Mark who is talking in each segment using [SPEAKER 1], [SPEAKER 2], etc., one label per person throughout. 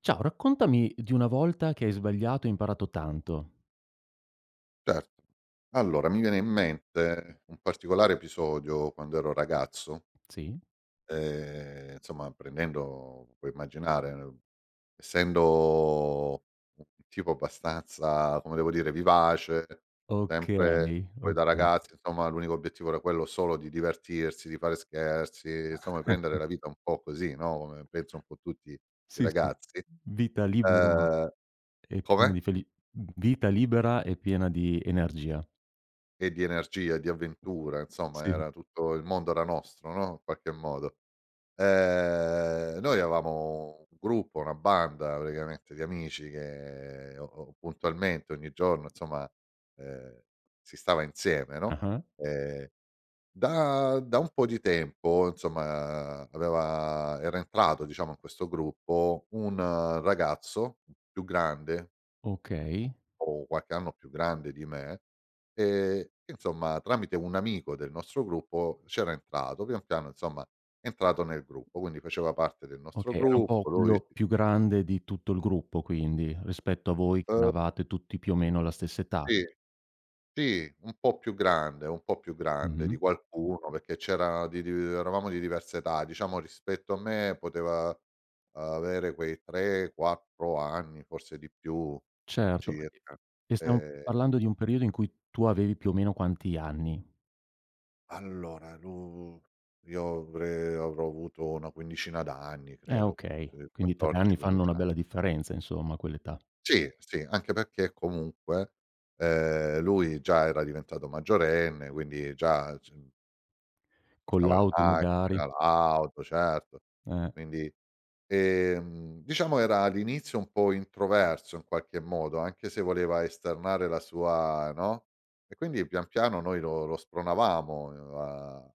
[SPEAKER 1] Ciao, raccontami di una volta che hai sbagliato e imparato tanto.
[SPEAKER 2] Certo. Allora, mi viene in mente un particolare episodio quando ero ragazzo,
[SPEAKER 1] Sì?
[SPEAKER 2] insomma prendendo puoi immaginare, essendo un tipo abbastanza, come devo dire, vivace, sempre
[SPEAKER 1] Okay,
[SPEAKER 2] poi da
[SPEAKER 1] okay.
[SPEAKER 2] ragazzi insomma l'unico obiettivo era quello solo di divertirsi, di fare scherzi, insomma prendere la vita un po' così, no, come penso un po' tutti i
[SPEAKER 1] Sì, sì,
[SPEAKER 2] ragazzi.
[SPEAKER 1] vita libera
[SPEAKER 2] Ehm
[SPEAKER 1] e piena
[SPEAKER 2] come?
[SPEAKER 1] di feli vita libera e piena di energia.
[SPEAKER 2] E di energia e di avventura, insomma
[SPEAKER 1] Sì.
[SPEAKER 2] era tutto il mondo era nostro, no, in qualche modo. Noi avevamo un gruppo, una banda praticamente di amici che o puntualmente ogni giorno insomma, ehm, si stava insieme, no,
[SPEAKER 1] Ah-ah.
[SPEAKER 2] ehm, da un po' di tempo insomma aveva era entrato diciamo in questo gruppo un ragazzo più grande
[SPEAKER 1] Okay,
[SPEAKER 2] o qualche anno più grande di me, insomma tramite un amico del nostro gruppo c'era entrato, pian piano insomma è entrato nel gruppo, quindi faceva parte del nostro
[SPEAKER 1] okay, era un po'
[SPEAKER 2] gruppo, lui
[SPEAKER 1] quello
[SPEAKER 2] s
[SPEAKER 1] più grande di tutto il gruppo quindi, rispetto a voi che eravate tutti più o meno alla stessa età.
[SPEAKER 2] sì, sì, un po' più grande, un po' più grande
[SPEAKER 1] Mh-mh.
[SPEAKER 2] di qualcuno, perché c'era di eravamo di diverse età, diciamo rispetto a me poteva avere quei 3, 4 anni, forse di più
[SPEAKER 1] Certo, e
[SPEAKER 2] circa.
[SPEAKER 1] e stiamo
[SPEAKER 2] Ehm
[SPEAKER 1] parlando di un periodo in cui tu avevi più o meno quanti anni?
[SPEAKER 2] Allora, lu io avrei avrò avuto una quindicina d'anni credo,
[SPEAKER 1] Okay.
[SPEAKER 2] sì,
[SPEAKER 1] Quindi 3
[SPEAKER 2] 14,
[SPEAKER 1] anni fanno
[SPEAKER 2] 15
[SPEAKER 1] una
[SPEAKER 2] anni.
[SPEAKER 1] bella differenza insomma a quell'età.
[SPEAKER 2] Sì, sì, anche perché comunque, lui già era diventato maggiorenne, quindi già c
[SPEAKER 1] Con
[SPEAKER 2] portava la
[SPEAKER 1] l'auto magari.
[SPEAKER 2] macchina, l'auto, certo.
[SPEAKER 1] Eh,
[SPEAKER 2] Quindi, diciamo era all'inizio un po' introverso in qualche modo, anche se voleva esternare la sua, no, e quindi pian piano noi lo spronavamo, a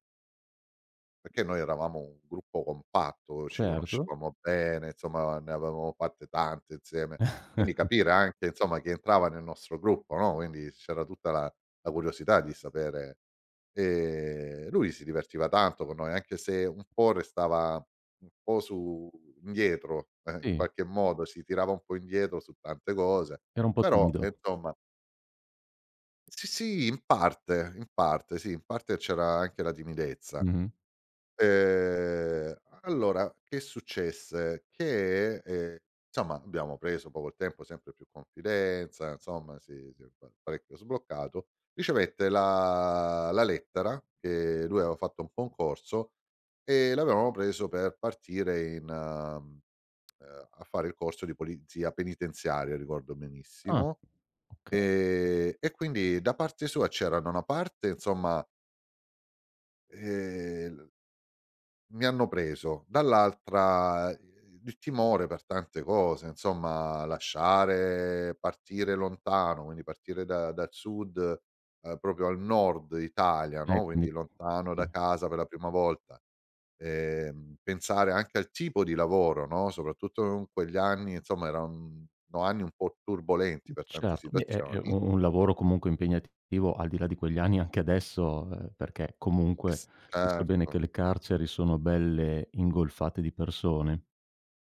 [SPEAKER 2] perché noi eravamo un gruppo compatto, ci
[SPEAKER 1] certo.
[SPEAKER 2] conoscevamo bene, insomma ne avevamo fatte tante insieme. Quindi capire anche insomma chi entrava nel nostro gruppo, no, quindi c'era tutta la curiosità di sapere, e lui si divertiva tanto con noi, anche se un po' restava un po' su indietro, in
[SPEAKER 1] Sì,
[SPEAKER 2] qualche modo si tirava un po' indietro su tante cose,
[SPEAKER 1] era un po'
[SPEAKER 2] però,
[SPEAKER 1] timido.
[SPEAKER 2] insomma sì, sì, in parte sì, in parte c'era anche la timidezza.
[SPEAKER 1] Mh-mh.
[SPEAKER 2] Ehm, allora che successe? Che, insomma abbiamo preso poi col tempo sempre più confidenza, insomma si è pa parecchio sbloccato. Ricevette la lettera che lui aveva fatto un concorso e l'avevamo preso per partire in a fare il corso di polizia penitenziaria, ricordo
[SPEAKER 1] Ah,
[SPEAKER 2] benissimo.
[SPEAKER 1] okay.
[SPEAKER 2] E quindi da parte sua c'erano una parte insomma, ehm mi hanno preso, dall'altra, il timore per tante cose, insomma lasciare partire lontano, quindi partire da dal sud, proprio al nord Italia, no,
[SPEAKER 1] Quindi
[SPEAKER 2] quindi lontano da
[SPEAKER 1] sì.
[SPEAKER 2] casa per la prima volta, pensare anche al tipo di lavoro, no, soprattutto in quegli anni, insomma erano anni un po' turbolenti per tante
[SPEAKER 1] Certo. Beh, è
[SPEAKER 2] situazioni.
[SPEAKER 1] un lavoro comunque impegnativo al di là di quegli anni anche adesso, perché comunque
[SPEAKER 2] Es
[SPEAKER 1] si sa bene
[SPEAKER 2] certo.
[SPEAKER 1] che le carceri sono belle ingolfate di persone.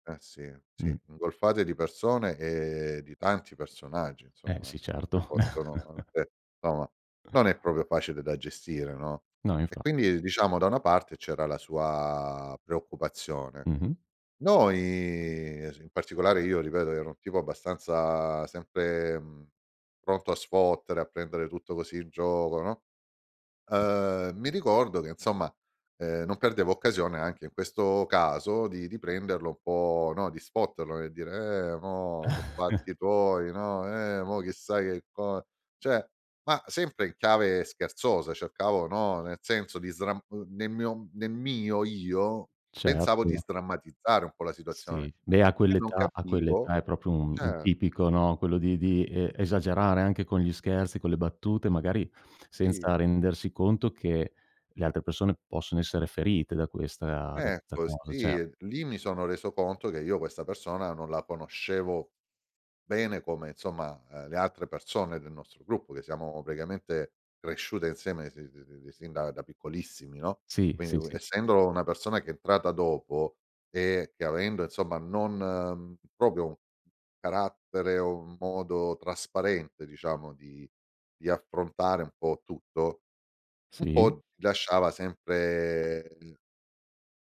[SPEAKER 2] Eh sì,
[SPEAKER 1] Mh.
[SPEAKER 2] sì, ingolfate di persone e di tanti personaggi
[SPEAKER 1] Eh
[SPEAKER 2] insomma
[SPEAKER 1] sì,
[SPEAKER 2] che
[SPEAKER 1] certo.
[SPEAKER 2] possono anche insomma, non è proprio facile da gestire, no,
[SPEAKER 1] No,
[SPEAKER 2] e
[SPEAKER 1] infa
[SPEAKER 2] quindi diciamo da una parte c'era la sua preoccupazione.
[SPEAKER 1] mh-mh.
[SPEAKER 2] Noi, s in particolare io ripeto ero un tipo abbastanza sempre, pronto a sfottere, a prendere tutto così in gioco, no. Mi ricordo che insomma, non perdevo occasione anche in questo caso di prenderlo un po', no, di spotterlo e dire: mo so' fatti tuoi, no, mo chissà che co" cioè, ma sempre in chiave scherzosa, cercavo, no, nel senso di sdram nel mio io, pensavo
[SPEAKER 1] Certo.
[SPEAKER 2] di sdrammatizzare un po' la situazione
[SPEAKER 1] Sì, beh a
[SPEAKER 2] e non
[SPEAKER 1] quell'età a
[SPEAKER 2] capivo
[SPEAKER 1] quell'età è proprio un
[SPEAKER 2] cer
[SPEAKER 1] tipico, no, quello di esagerare anche con gli scherzi, con le battute, magari senza
[SPEAKER 2] sì,
[SPEAKER 1] rendersi conto che le altre persone possono essere ferite da questa
[SPEAKER 2] ecco,
[SPEAKER 1] cosa. Cer
[SPEAKER 2] sì, lì mi sono reso conto che io questa persona non la conoscevo bene come insomma, le altre persone del nostro gruppo, che siamo praticamente cresciute insieme sin da piccolissimi, no,
[SPEAKER 1] Sì,
[SPEAKER 2] quindi
[SPEAKER 1] sì,
[SPEAKER 2] u
[SPEAKER 1] sì.
[SPEAKER 2] essendo una persona che è entrata dopo e che avendo insomma non, proprio un carattere o un modo trasparente diciamo di affrontare un po' tutto, un
[SPEAKER 1] Sì?
[SPEAKER 2] po' ti lasciava sempre.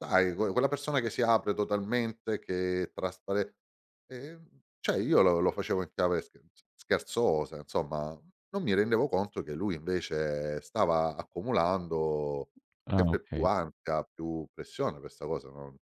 [SPEAKER 2] Sai, que quella persona che si apre totalmente, che è traspare, ehm, cioè io lo facevo in chiave scherzosa, insomma, non mi rendevo conto che lui invece stava accumulando
[SPEAKER 1] Ah
[SPEAKER 2] sempre più
[SPEAKER 1] okay.
[SPEAKER 2] ansia, più pressione, questa cosa non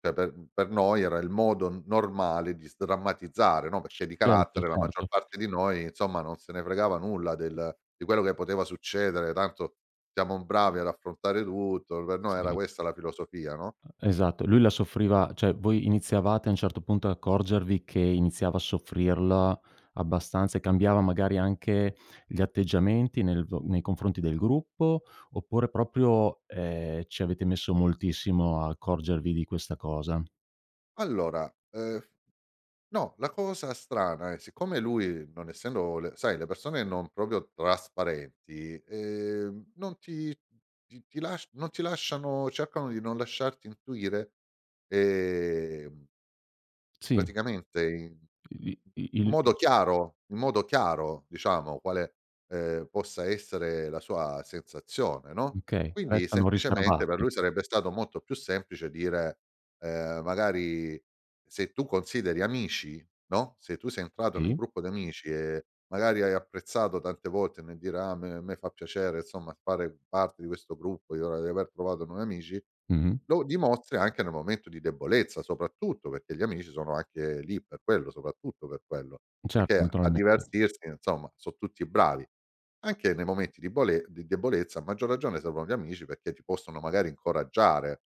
[SPEAKER 2] cioè per noi era il modo normale di sdrammatizzare, no, perché di
[SPEAKER 1] Certo,
[SPEAKER 2] carattere la maggior
[SPEAKER 1] certo.
[SPEAKER 2] parte di noi, insomma, non se ne fregava nulla del di quello che poteva succedere, tanto siamo bravi ad affrontare tutto, per noi era
[SPEAKER 1] Sì.
[SPEAKER 2] questa la filosofia, no,
[SPEAKER 1] Esatto, lui la soffriva, cioè voi iniziavate a un certo punto ad accorgervi che iniziava a soffrirla abbastanza e cambiava magari anche gli atteggiamenti nel v nei confronti del gruppo, oppure proprio, ci avete messo moltissimo a accorgervi di questa cosa?
[SPEAKER 2] allora, f no, la cosa strana è siccome lui non essendo le sai le persone non proprio trasparenti, non ti ti ti lasc non ti lasciano cercano di non lasciarti intuire, ehm
[SPEAKER 1] Sì,
[SPEAKER 2] praticamente in
[SPEAKER 1] i i
[SPEAKER 2] in
[SPEAKER 1] il
[SPEAKER 2] modo
[SPEAKER 1] c
[SPEAKER 2] chiaro in modo chiaro diciamo quale, possa essere la sua sensazione, no,
[SPEAKER 1] okay,
[SPEAKER 2] quindi
[SPEAKER 1] restano
[SPEAKER 2] semplicemente per
[SPEAKER 1] riservati.
[SPEAKER 2] lui sarebbe stato molto più semplice dire, magari se tu consideri amici, no, se tu sei entrato in un
[SPEAKER 1] Sì,
[SPEAKER 2] gruppo di amici e magari hai apprezzato tante volte nel dire: "Ah, a me fa piacere insomma fare parte di questo gruppo, io di aver trovato nuovi amici".
[SPEAKER 1] mh-mh.
[SPEAKER 2] Lo dimostri anche nel momento di debolezza, soprattutto perché gli amici sono anche lì per quello, soprattutto per quello,
[SPEAKER 1] Certo,
[SPEAKER 2] perché a
[SPEAKER 1] naturalmente.
[SPEAKER 2] divertirsi insomma so' tutti bravi. Anche nei momenti di bole di debolezza a maggior ragione servono gli amici perché ti possono magari incoraggiare,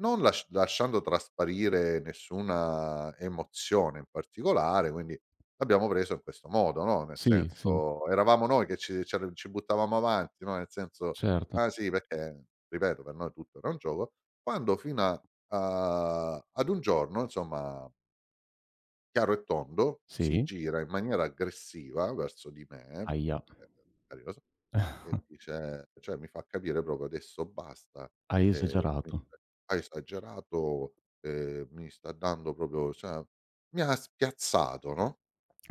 [SPEAKER 2] non lasc lasciando trasparire nessuna emozione in particolare, quindi l'abbiamo preso in questo modo, no, nel
[SPEAKER 1] Sì, sì,
[SPEAKER 2] senso eravamo noi che ci buttavamo avanti, no, nel senso:
[SPEAKER 1] certo.
[SPEAKER 2] "Ah sì", perché ripeto per noi tutto era un gioco, quando fino a a ad un giorno insomma, chiaro e tondo, si
[SPEAKER 1] Sì.
[SPEAKER 2] gira in maniera aggressiva verso di me,
[SPEAKER 1] Ahia.
[SPEAKER 2] magari lo so, e dice cioè mi fa capire proprio: "Adesso basta,
[SPEAKER 1] Hai
[SPEAKER 2] ehm, mi
[SPEAKER 1] esagerato.
[SPEAKER 2] ha esagerato, mi sta dando proprio" cioè mi ha spiazzato, no,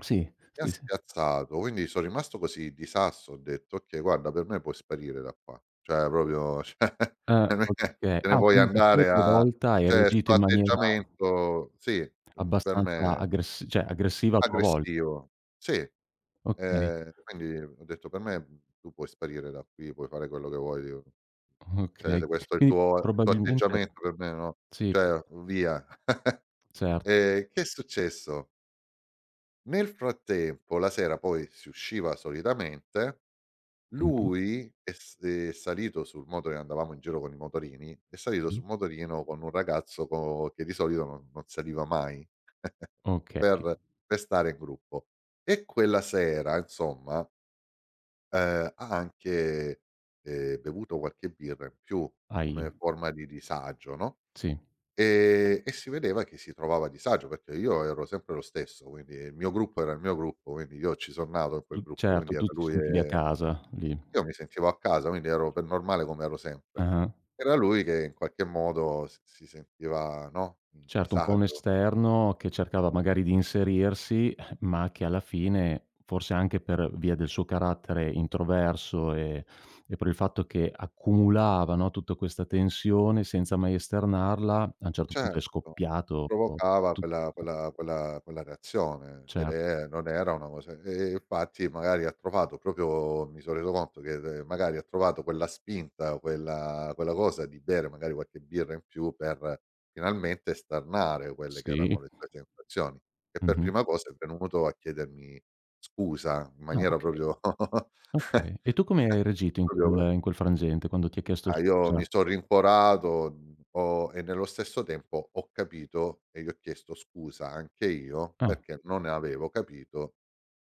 [SPEAKER 1] Sì,
[SPEAKER 2] mi ha
[SPEAKER 1] sì, sì.
[SPEAKER 2] spiazzato. Quindi son rimasto così di sasso, ho detto: "Okay, guarda per me puoi sparire da qua, cioè proprio cioè
[SPEAKER 1] Ah,
[SPEAKER 2] non è che
[SPEAKER 1] okay.
[SPEAKER 2] te ne
[SPEAKER 1] Ah,
[SPEAKER 2] puoi
[SPEAKER 1] quindi tu a
[SPEAKER 2] andare
[SPEAKER 1] tua
[SPEAKER 2] a"
[SPEAKER 1] volta hai
[SPEAKER 2] cioè
[SPEAKER 1] reagito
[SPEAKER 2] 'sto
[SPEAKER 1] in maniera
[SPEAKER 2] atteggiamento sì, per
[SPEAKER 1] abbastanza
[SPEAKER 2] me
[SPEAKER 1] aggress cioè aggressiva a tua volta.
[SPEAKER 2] aggressivo. Sì.
[SPEAKER 1] Okay,
[SPEAKER 2] Quindi ho detto: "Per me, tu puoi sparire da qui, puoi fare quello che vuoi, io cioè
[SPEAKER 1] okay.
[SPEAKER 2] se questo è
[SPEAKER 1] Quindi
[SPEAKER 2] il tuo
[SPEAKER 1] probabilmente
[SPEAKER 2] atteggiamento per me no,
[SPEAKER 1] sì,
[SPEAKER 2] cioè via".
[SPEAKER 1] certo.
[SPEAKER 2] Che è successo? Nel frattempo la sera poi si usciva solitamente,
[SPEAKER 1] Mh-mh,
[SPEAKER 2] lui è salito sul moto che andavamo in giro con i motorini, è salito
[SPEAKER 1] sì.
[SPEAKER 2] sul motorino con un ragazzo co che di solito non saliva mai
[SPEAKER 1] Okay.
[SPEAKER 2] per per stare in gruppo. E quella sera insomma, ha anche, bevuto qualche birra in più come
[SPEAKER 1] Ahia,
[SPEAKER 2] forma di disagio, no,
[SPEAKER 1] sì.
[SPEAKER 2] e si vedeva che si trovava a disagio, perché io ero sempre lo stesso, quindi il mio gruppo era il mio gruppo, quindi io ci son nato in
[SPEAKER 1] Tu
[SPEAKER 2] quel gruppo, quindi
[SPEAKER 1] certo,
[SPEAKER 2] era
[SPEAKER 1] tu ti
[SPEAKER 2] lui
[SPEAKER 1] sentivi a
[SPEAKER 2] e
[SPEAKER 1] casa lì.
[SPEAKER 2] io mi sentivo a casa, quindi ero per normale come ero sempre.
[SPEAKER 1] Ah-ah.
[SPEAKER 2] Era lui che in qualche modo s si sentiva, no, in
[SPEAKER 1] Certo, un po' un
[SPEAKER 2] disagio.
[SPEAKER 1] esterno che cercava magari di inserirsi, ma che alla fine, forse anche per via del suo carattere introverso e per il fatto che accumulava, no, tutta questa tensione senza mai esternarla, a un certo punto è
[SPEAKER 2] Certo,
[SPEAKER 1] scoppiato. Tu
[SPEAKER 2] provocava quella reazione ed
[SPEAKER 1] Certo,
[SPEAKER 2] è non era una cosa e infatti magari ha trovato proprio mi son reso conto che d magari ha trovato quella spinta, quella cosa di bere magari qualche birra in più per finalmente esternare quelle che
[SPEAKER 1] sì.
[SPEAKER 2] erano le sue sensazioni. E per
[SPEAKER 1] Mh-mh.
[SPEAKER 2] prima cosa è venuto a chiedermi scusa in
[SPEAKER 1] Ah,
[SPEAKER 2] maniera
[SPEAKER 1] okay,
[SPEAKER 2] proprio
[SPEAKER 1] okay. E tu come hai reagito in
[SPEAKER 2] proprio
[SPEAKER 1] quel in quel frangente, quando ti ha chiesto
[SPEAKER 2] ah, io mi
[SPEAKER 1] scusa?
[SPEAKER 2] son rincuorato, ho e nello stesso tempo ho capito e gli ho chiesto scusa anche io,
[SPEAKER 1] Ah,
[SPEAKER 2] perché non avevo capito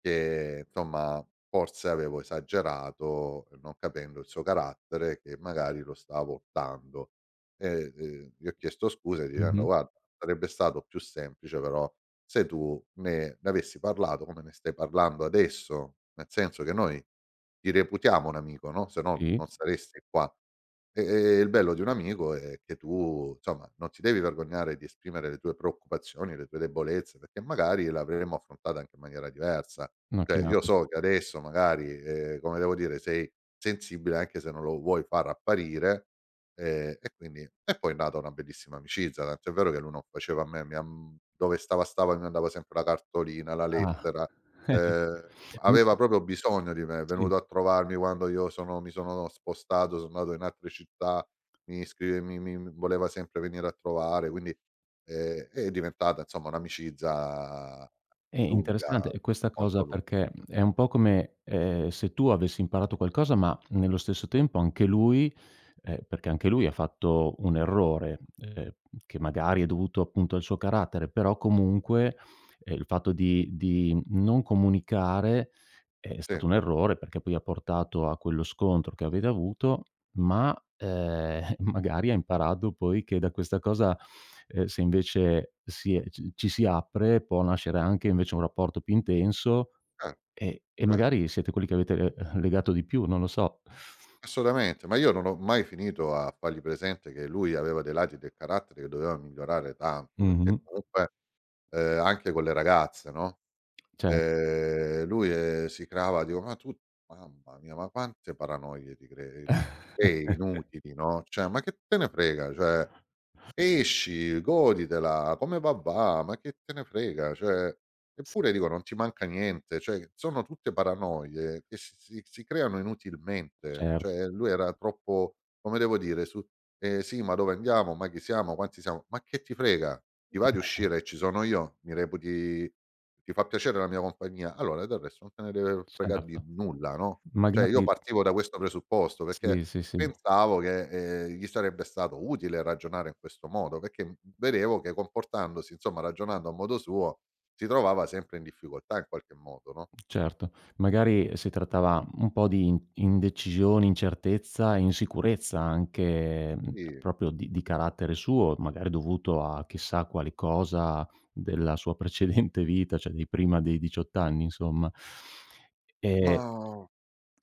[SPEAKER 2] che, insomma, forse avevo esagerato, non capendo il suo carattere, che magari lo stavo urtando. E, gli ho chiesto scusa dicendo:
[SPEAKER 1] mh-mh,
[SPEAKER 2] "Guarda, sarebbe stato più semplice però se tu ne avessi parlato come ne stai parlando adesso, nel senso che noi ti reputiamo un amico, no, se no
[SPEAKER 1] sì,
[SPEAKER 2] non saresti qua". E il bello di un amico è che tu, insomma, non ti devi vergognare di esprimere le tue preoccupazioni, le tue debolezze, perché magari l'avremmo affrontata anche in maniera diversa.
[SPEAKER 1] no,
[SPEAKER 2] Cioè,
[SPEAKER 1] chiaro.
[SPEAKER 2] io so che adesso magari, come devo dire, sei sensibile anche se non lo vuoi far apparire, e quindi e poi è nata una bellissima amicizia, tant'è vero che lui non faceva a me mi am dove stava, stava, mi mandava sempre la cartolina, la
[SPEAKER 1] Ah.
[SPEAKER 2] lettera. Ehm, aveva proprio bisogno di me, è
[SPEAKER 1] Sì.
[SPEAKER 2] venuto a trovarmi quando io sono mi sono spostato, sono andato in altre città, mi scrive mi mi mi voleva sempre venire a trovare, quindi, è diventata insomma un'amicizia
[SPEAKER 1] È
[SPEAKER 2] lunga,
[SPEAKER 1] interessante questa cosa
[SPEAKER 2] molto lunga.
[SPEAKER 1] perché è un po' come, se tu avessi imparato qualcosa, ma nello stesso tempo anche lui perché anche lui ha fatto un errore, che magari è dovuto appunto al suo carattere, però comunque, il fatto di non comunicare è
[SPEAKER 2] Sì,
[SPEAKER 1] stato un errore perché poi ha portato a quello scontro che avete avuto, ma, magari ha imparato poi che da questa cosa, se invece si è ci si apre, può nascere anche invece un rapporto più intenso
[SPEAKER 2] cer
[SPEAKER 1] e
[SPEAKER 2] cer
[SPEAKER 1] magari siete quelli che avete, legato di più, non lo so.
[SPEAKER 2] assolutamente, ma io non ho mai finito a fargli presente che lui aveva dei lati del carattere che doveva migliorare tanto, perché
[SPEAKER 1] Mh-mh.
[SPEAKER 2] comunque, anche con le ragazze, no?
[SPEAKER 1] Certo.
[SPEAKER 2] Si crava dico: "Ma tu mamma mia, ma quante paranoie ti crei inutili, no, cioè ma che te ne frega, cioè esci, goditela, come va va, ma che te ne frega, cioè
[SPEAKER 1] Sì,
[SPEAKER 2] eppure dico non ti manca niente, cioè sono tutte paranoie che si creano inutilmente".
[SPEAKER 1] certo.
[SPEAKER 2] Cioè lui era troppo, come devo dire, su: sì, ma dove andiamo? Ma chi siamo? Quanti siamo?" Ma che ti frega? Ti va di
[SPEAKER 1] Eh,
[SPEAKER 2] uscire e ci sono io? Mi reputi, ti fa piacere la mia compagnia? Allora del resto non te ne deve frega
[SPEAKER 1] certo.
[SPEAKER 2] di nulla, no, cioè io
[SPEAKER 1] Magari
[SPEAKER 2] partivo da questo presupposto, perché
[SPEAKER 1] sì, sì, sì.
[SPEAKER 2] pensavo che, gli sarebbe stato utile ragionare in questo modo, perché, vedevo che comportandosi, insomma, ragionando a modo suo, si trovava sempre in difficoltà in qualche modo, no,
[SPEAKER 1] Certo, magari si trattava un po' di in indecisione, incertezza e insicurezza anche,
[SPEAKER 2] sì.
[SPEAKER 1] proprio di carattere suo, magari dovuto a chissà quale cosa della sua precedente vita, cioè di prima dei 18 anni insomma.
[SPEAKER 2] Ma
[SPEAKER 1] Ehm,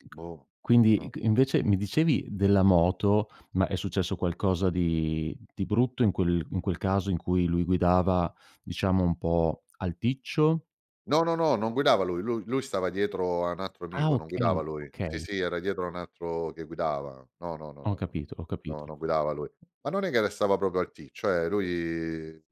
[SPEAKER 1] q
[SPEAKER 2] boh,
[SPEAKER 1] quindi
[SPEAKER 2] non
[SPEAKER 1] q
[SPEAKER 2] lo so.
[SPEAKER 1] Invece mi dicevi della moto, ma è successo qualcosa di brutto in quel caso in cui lui guidava, diciamo, un po' alticcio?
[SPEAKER 2] No, no, no, non guidava lui, lui stava dietro a un altro
[SPEAKER 1] Ah
[SPEAKER 2] amico, non guidava
[SPEAKER 1] okay,
[SPEAKER 2] lui. Sì,
[SPEAKER 1] okay.
[SPEAKER 2] sì, era dietro a un altro che guidava. No, no, no,
[SPEAKER 1] Ho
[SPEAKER 2] no, no.
[SPEAKER 1] capito, ho
[SPEAKER 2] No,
[SPEAKER 1] capito.
[SPEAKER 2] non guidava lui. Ma non è che restava proprio al T, cioè lui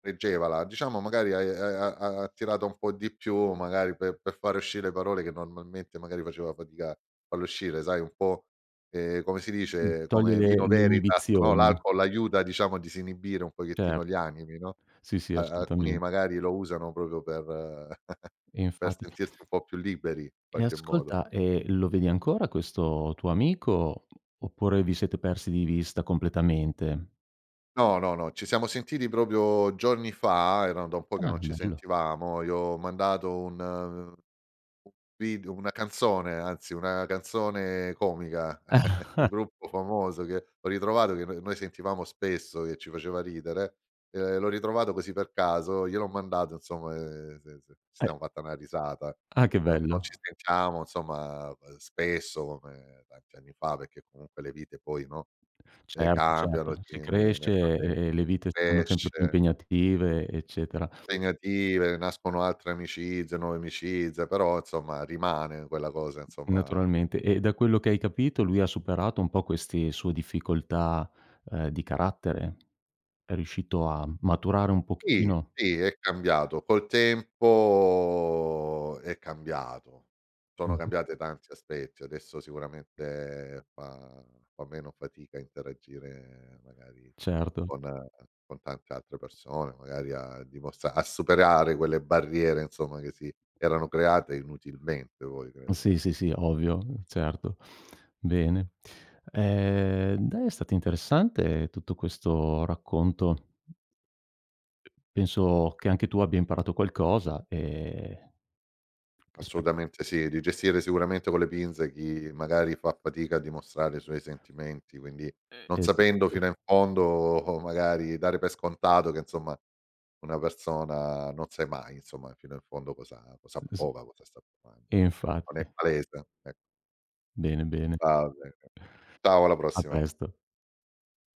[SPEAKER 2] reggevala, diciamo magari hai ha ha attirato un po' di più, magari per fare uscire parole che normalmente magari faceva fatica a farle uscire, sai un po', come si
[SPEAKER 1] Sì,
[SPEAKER 2] dice,
[SPEAKER 1] toglie
[SPEAKER 2] come
[SPEAKER 1] le
[SPEAKER 2] vino
[SPEAKER 1] le
[SPEAKER 2] Veritas, no,
[SPEAKER 1] inibizioni,
[SPEAKER 2] l'alcol aiuta diciamo a disinibire un pochettino gli
[SPEAKER 1] certo.
[SPEAKER 2] animi, no,
[SPEAKER 1] Sì, sì,
[SPEAKER 2] a alcuni
[SPEAKER 1] assolutamente.
[SPEAKER 2] magari lo usano proprio per
[SPEAKER 1] E
[SPEAKER 2] per
[SPEAKER 1] infatti.
[SPEAKER 2] sentirsi un po' più liberi in
[SPEAKER 1] E
[SPEAKER 2] qualche modo.
[SPEAKER 1] ascolta, e lo vedi ancora questo tuo amico, oppure vi siete persi di vista completamente?
[SPEAKER 2] No, no, no, ci siamo sentiti proprio giorni fa, erano da un po' che
[SPEAKER 1] Ah,
[SPEAKER 2] non ci
[SPEAKER 1] bello.
[SPEAKER 2] sentivamo, gli ho mandato un Vid una canzone, anzi una canzone comica di un gruppo famoso che ho ritrovato, che no noi sentivamo spesso, che ci faceva ridere, l'ho ritrovato così per caso, gliel'ho mandato insomma, se ci
[SPEAKER 1] Eh,
[SPEAKER 2] siamo fatta una risata.
[SPEAKER 1] ah, che
[SPEAKER 2] No, non ci
[SPEAKER 1] bello.
[SPEAKER 2] sentiamo insomma, spesso come tanti anni fa, perché comunque le vite poi, no,
[SPEAKER 1] Certo,
[SPEAKER 2] cambiano,
[SPEAKER 1] certo.
[SPEAKER 2] si
[SPEAKER 1] Si cresce
[SPEAKER 2] nel
[SPEAKER 1] e
[SPEAKER 2] frattem
[SPEAKER 1] e le vite saranno sempre più
[SPEAKER 2] cresce
[SPEAKER 1] impegnative, eccetera.
[SPEAKER 2] impegnative, nascono altre amicizie, nuove amicizie, però insomma rimane quella cosa insomma,
[SPEAKER 1] Naturalmente. E da quello che hai capito, lui ha superato un po' queste sue difficoltà, di carattere? È riuscito a maturare un
[SPEAKER 2] sì,
[SPEAKER 1] pochino.
[SPEAKER 2] sì è cambiato. Col tempo è cambiato. Sono
[SPEAKER 1] Mh-mh.
[SPEAKER 2] cambiate tanti aspetti. Adesso sicuramente fa meno fatica a interagire magari
[SPEAKER 1] Certo.
[SPEAKER 2] con con tante altre persone, magari a dimostra a superare quelle barriere insomma che si erano create inutilmente poi
[SPEAKER 1] Sì,
[SPEAKER 2] credo.
[SPEAKER 1] sì, sì, ovvio, certo. Bene. Dai, è stato interessante tutto questo racconto. Penso che anche tu abbia imparato qualcosa, spe
[SPEAKER 2] Assolutamente sì, di gestire sicuramente con le pinze chi magari fa fatica a dimostrare i suoi sentimenti, quindi non sapendo
[SPEAKER 1] esatto.
[SPEAKER 2] fino in fondo o magari dare per scontato che insomma una persona non sai mai insomma fino in fondo cosa
[SPEAKER 1] Es
[SPEAKER 2] prova, cosa sta provando.
[SPEAKER 1] E
[SPEAKER 2] Non è
[SPEAKER 1] infatti.
[SPEAKER 2] palese, ecco.
[SPEAKER 1] Bene, bene.
[SPEAKER 2] Va bene. Ciao alla
[SPEAKER 1] A
[SPEAKER 2] prossima.
[SPEAKER 1] presto.